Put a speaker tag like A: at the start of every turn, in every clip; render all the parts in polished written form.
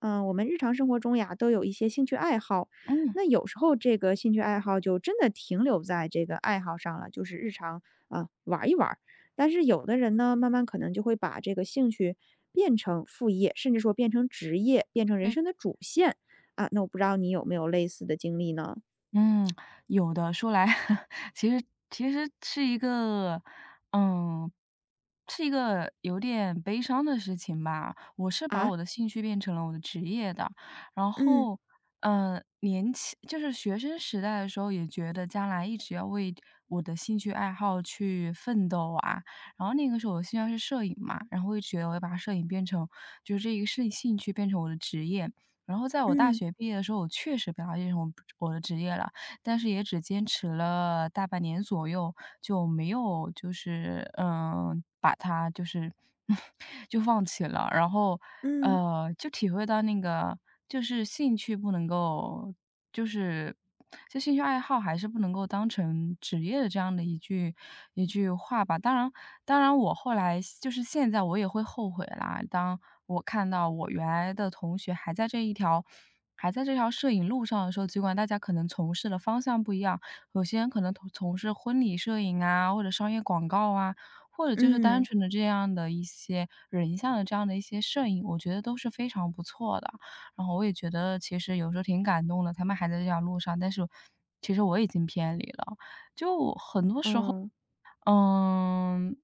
A: 嗯，我们日常生活中呀，都有一些兴趣爱好。
B: 嗯，
A: 那有时候这个兴趣爱好就真的停留在这个爱好上了，就是日常啊、玩一玩儿。但是有的人呢，慢慢可能就会把这个兴趣变成副业，甚至说变成职业，变成人
B: 对的。
A: 生的主线啊。那我不知道你有没有类似的经历呢？
B: 嗯，有的。说来 其实其实是一个嗯，有点悲伤的事情吧。我是把
A: 啊，
B: 我的兴趣变成了我的职业的，然
A: 嗯
B: 后，年轻就是学生时代的时候也觉得将来一直要为我的兴趣爱好去奋斗啊。然后那个时候我的兴趣爱好是摄影嘛，然后我直觉得我要把摄影变成就是这一个兴趣变成我的职业。然后在我大
A: 嗯
B: 学毕业的时候，我确实表达这种我的职业了，但是也只坚持了大半年左右，就没有就是把它就是 就放弃了。然后
A: 嗯
B: 就体会到那个就是兴趣不能够就是这兴趣爱好还是不能够当成职业的这样的一句话吧。当然，我后来就是现在我也会后悔啦，当我看到我原来的同学还在这条摄影路上的时候，尽管大家可能从事的方向不一样，有些人可能从事婚礼摄影啊，或者商业广告啊，或者就是单
A: 嗯嗯，
B: 纯的这样的一些人像的这样的一些摄影，我觉得都是非常不错的。然后我也觉得其实有时候挺感动的，他们还在这条路上，但是其实我已经偏离了。有时候，
A: 哦
B: 嗯，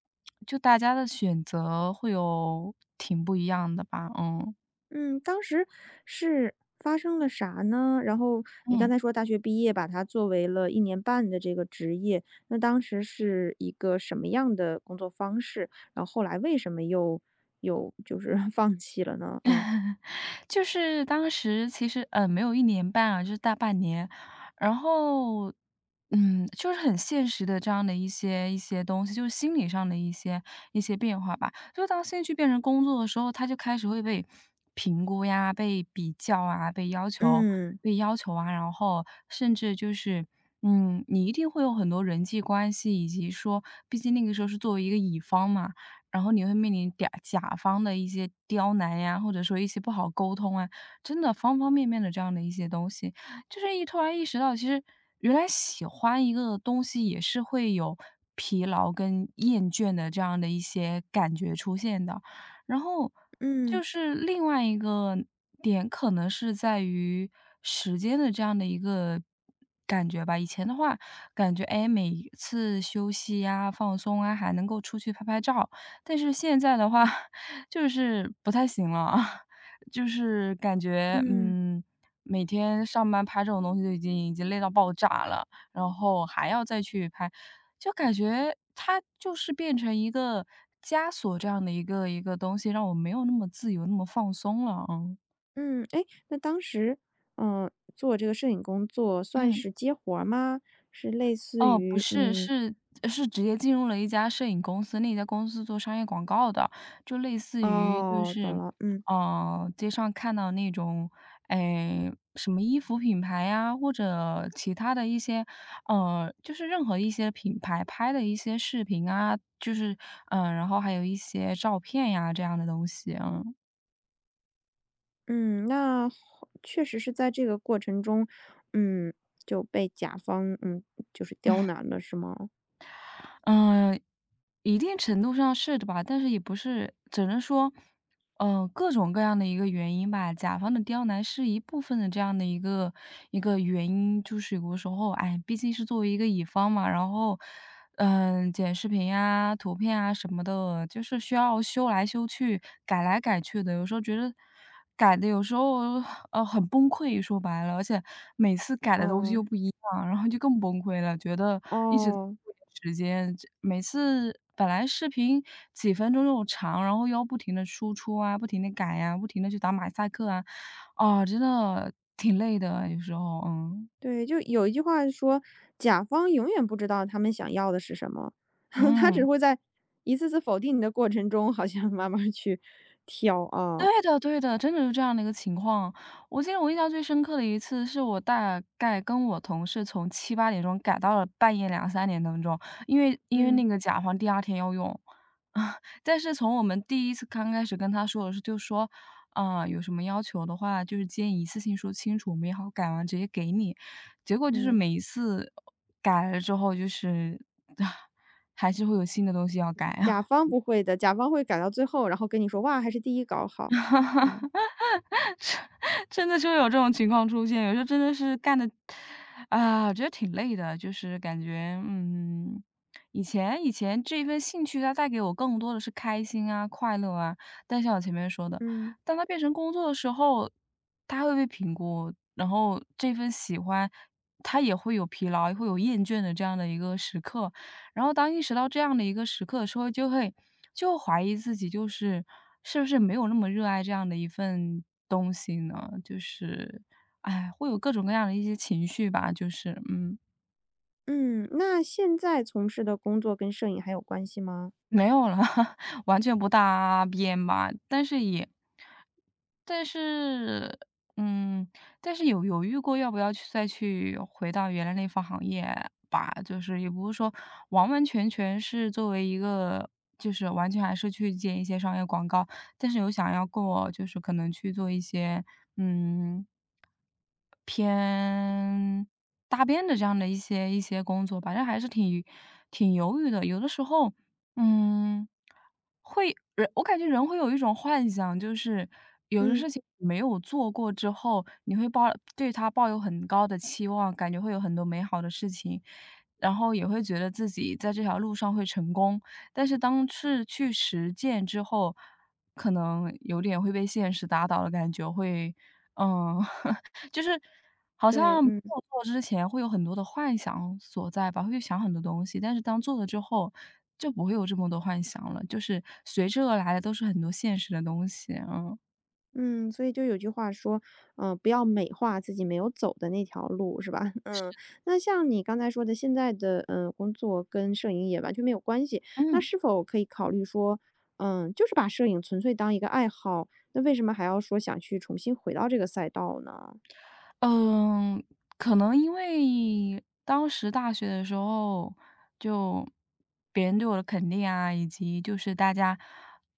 B: 就大家的选择会有挺不一样的吧，嗯，
A: 嗯，当时是发生了啥呢？然后你刚
B: 嗯。
A: 才说大学毕业把它作为了一年半的这个职业，那当时是一个什么样的工作方式？然后后来为什么又有就是 放弃了呢？嗯。
B: 就是当时其实，没有一年半啊，就是大半年。然后，就是很现实的这样的一些东西，就是心理上的一些变化吧。就当兴趣变成工作的时候，他就开始会被评估呀、被比较啊、被要求
A: 嗯，
B: 被要求啊，然后甚至就是，你一定会有很多人际关系，以及说毕竟那个时候是作为一个乙方嘛，然后你会面临嗲甲方的一些刁难呀，或者说一些不好沟通啊，真的方方面面的这样的一些东西。就是一突然意识到，其实原来喜欢一个东西也是会有疲劳跟厌倦的这样的一些感觉出现的。然后就
A: 嗯，
B: 是另外一个点，可能是在于时间的这样的一个感觉吧。以前的话，感觉哎，每一次休息呀、放松啊，还能够出去拍拍照，但是现在的话，就是不太行了啊，就是感觉，
A: 嗯，
B: 每天上班拍这种东西就已经累到爆炸了，然后还要再去拍，就感觉它就是变成一个枷锁这样的一个东西，让我没有那么自由、那么放松了，嗯。
A: 嗯，哎，那当时，做这个摄影工作算是接活儿吗？是类似
B: 哦，不
A: 于
B: 是，是直接进入了一家摄影公司，那家公司做商业广告的，就类似于就
A: 哦，懂
B: 是，
A: 了，嗯。
B: 街上看到那种，哎，什么衣服品牌呀，或者其他的一些，就是任何一些品牌拍的一些视频啊，就是，然后还有一些照片呀，这样的东西，嗯。
A: 嗯，那后确实是在这个过程中，嗯，就被甲方，就是刁难了，是吗？
B: 嗯，一定程度上是的吧，但是也不是，只能说，各种各样的一个原因吧。甲方的刁难是一部分的这样的一个原因，就是有的时候，哎，毕竟是作为一个乙方嘛，然后，剪视频啊、图片啊什么的，就是需要修来修去、改来改去的。有时候觉得改的，有时候很崩溃，说白了，而且每次改的东西
A: 哦，
B: 又不一样，然后就更崩溃了，觉得一直。
A: 哦，
B: 时间，这每次本来视频几分钟又长，然后又要不停的输出啊，不停的改呀，不停的去打马赛克啊，啊，真的挺累的，有时候，
A: 对，就有一句话说，甲方永远不知道他们想要的是什么，他只
B: 嗯。
A: 会在一次次否定你的过程中，好像慢慢去挑啊，
B: 对的对的，真的是这样的一个情况。我记得我印象最深刻的一次，是我大概跟我同事从七八点钟改到了半夜两三点当中，因为那
A: 嗯
B: 个甲方第二天要用。但是从我们第一次刚开始跟他说的是，就说，啊，有什么要求的话，就是建议一次性说清楚，我们也好改完直接给你。结果就是
A: 嗯，
B: 每一次改了之后，就是 还是会有新的东西要改。
A: 甲方不会的，甲方会改到最后，然后跟你说，哇，还是第一稿好，嗯
B: 真的就有这种情况出现，有时候真的是干的，啊，我觉得挺累的，就是感觉，以前这一份兴趣它带给我更多的是开心啊、快乐啊，但像我前面说的，
A: 嗯
B: 当它变成工作的时候，它会被评估，然后这份喜欢它也会有疲劳，也会有厌倦的这样的一个时刻，然后当意识到这样的一个时刻的时候，就会就怀疑自己，就是是不是没有那么热爱这样的一份东西呢？就是，哎，会有各种各样的一些情绪吧，就是，嗯。
A: 嗯，那现在从事的工作跟摄影还有关系吗？
B: 没有了，完全不搭边吧。但是也但是嗯，但是有犹豫过要不要去再去回到原来那份行业吧，就是也不是说完完全全是作为一个就是完全还是去接一些商业广告，但是有想要过就是可能去做一些，嗯，偏搭边的这样的一些工作反正还是挺犹豫的。有的时候，嗯，我感觉人会有一种幻想，就是有的
A: 嗯。
B: 事情没有做过之后，你会抱对他抱有很高的期望，感觉会有很多美好的事情，然后也会觉得自己在这条路上会成功。但是当是去实践之后，可能有点会被现实打倒的感觉，会嗯。就是好
A: 对，
B: 像没
A: 嗯
B: 有做之前会有很多的幻想所在吧，会去想很多东西，但是当做了之后，就不会有这么多幻想了，就是随之而来的都是很多现实的东西，嗯。
A: 嗯，所以就有句话说，不要美化自己没有走的那条路，是吧？嗯，那像你刚才说的，现在的工作跟摄影也完全没有关系，那
B: 嗯，
A: 是否可以考虑说，就是把摄影纯粹当一个爱好，那为什么还要说想去重新回到这个赛道呢？
B: 嗯，可能因为当时大学的时候，就别人对我的肯定啊，以及就是大家，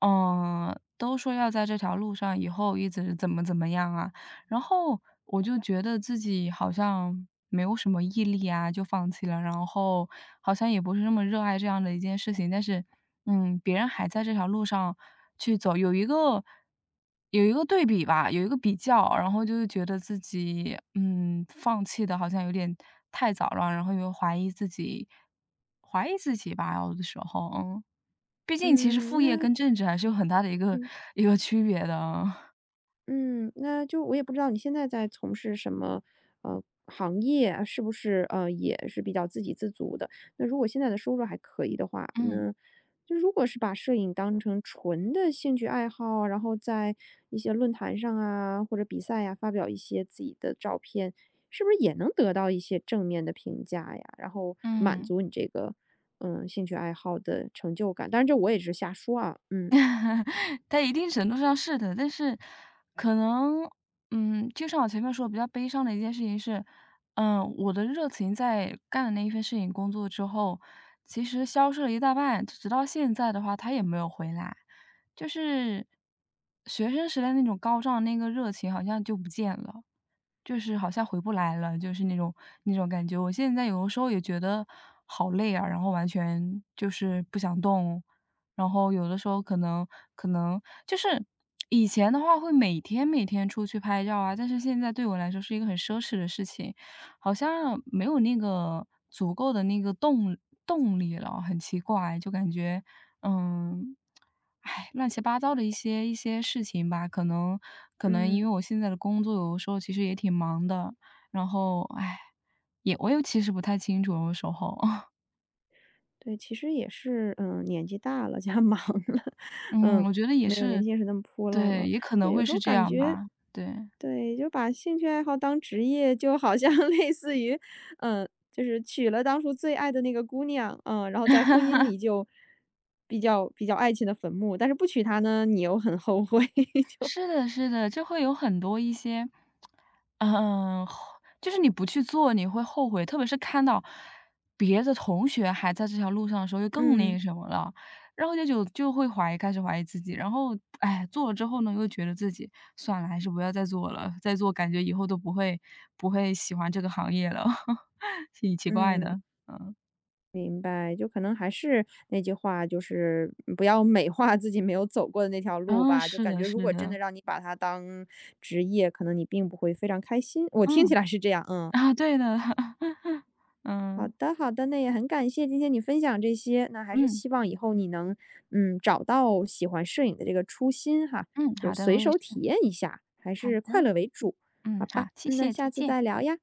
B: 都说要在这条路上以后一直怎么怎么样啊，然后我就觉得自己好像没有什么毅力啊，就放弃了，然后好像也不是那么热爱这样的一件事情，但是，别人还在这条路上去走，有一个对比吧，有一个比较，然后就是觉得自己，放弃的好像有点太早了，然后又怀疑自己吧，有的时候，毕竟其实
A: 嗯，
B: 副业
A: 那
B: 跟正职还是有很大的一个
A: 嗯。
B: 一个区别的，
A: 嗯，那就我也不知道你现在在从事什么，行业啊，是不是也是比较自给自足的？那如果现在的收入还可以的话，
B: 嗯。
A: 那就如果是把摄影当成纯的兴趣爱好，然后在一些论坛上啊或者比赛呀、发表一些自己的照片，是不是也能得到一些正面的评价呀？然后满
B: 嗯嗯。
A: 足你这个兴趣爱好的成就感？当然，这我也是瞎说啊，嗯
B: 在一定程度上是的，但是可能，就像我前面说，比较悲伤的一件事情是，我的热情在干了那一份摄影工作之后，其实消失了一大半，直到现在的话，它也没有回来。就是学生时代那种高涨的那个热情好像就不见了。就是好像回不来了，就是那种感觉。我现在有的时候也觉得好累啊，然后完全就是不想动，然后有的时候可能就是以前的话会每天每天出去拍照啊，但是现在对我来说是一个很奢侈的事情，好像没有那个足够的那个动力了，很奇怪，就感觉嗯唉，乱七八糟的一些事情吧，可能因为
A: 嗯。
B: 我现在的工作有的时候其实也挺忙的，然后唉，我也其实不太清楚，有的时候，
A: 对，其实也是，年纪大了加忙了，
B: 嗯，
A: 嗯，
B: 我觉得也
A: 没有年
B: 是，
A: 轻时那么扑棱
B: 对，
A: 了。
B: 也可能
A: 对，有
B: 会
A: 时
B: 是
A: 候
B: 这
A: 感
B: 样
A: 觉，
B: 吧，对，
A: 对，就把兴趣爱好当职业，就好像 类似于，就是娶了当初最爱的那个姑娘，然后在婚姻里就比较爱情的坟墓，但是不娶她呢，你又很后悔，就
B: 是的，是的，就会有很多一些嗯，后就是你不去做，你会后悔，特别是看到别的同学还在这条路上的时候，就更那个
A: 嗯
B: 什么了。然后就会怀疑，开始怀疑自己。然后，哎，做了之后呢，又觉得自己算了，还是不要再做了，再做感觉以后都不会喜欢这个行业了，挺奇怪
A: 嗯。
B: 的。嗯，
A: 明白，就可能还是那句话，就是不要美化自己没有走过的那条路
B: 嗯，
A: 吧。就
B: 是
A: 感
B: 的，
A: 觉如
B: 是
A: 果真
B: 的，
A: 的让你把它当职业，可能你并不会非常开心。我听起
B: 嗯，
A: 来是这样，嗯，
B: 啊，对的，
A: 好
B: 嗯，
A: 的，好的，那也很感谢今天你分享这些，那还是
B: 嗯，
A: 希望以后你能找到喜欢摄影的这个初心哈，
B: 嗯，
A: 就
B: 好
A: 是
B: 的，
A: 随
B: 我也是，
A: 手体验一下，还
B: 好
A: 是快
B: 的，
A: 乐为主，好
B: 嗯，好，
A: 吧？
B: 谢
A: 嗯那
B: 谢，再
A: 下次
B: 见。
A: 再聊呀。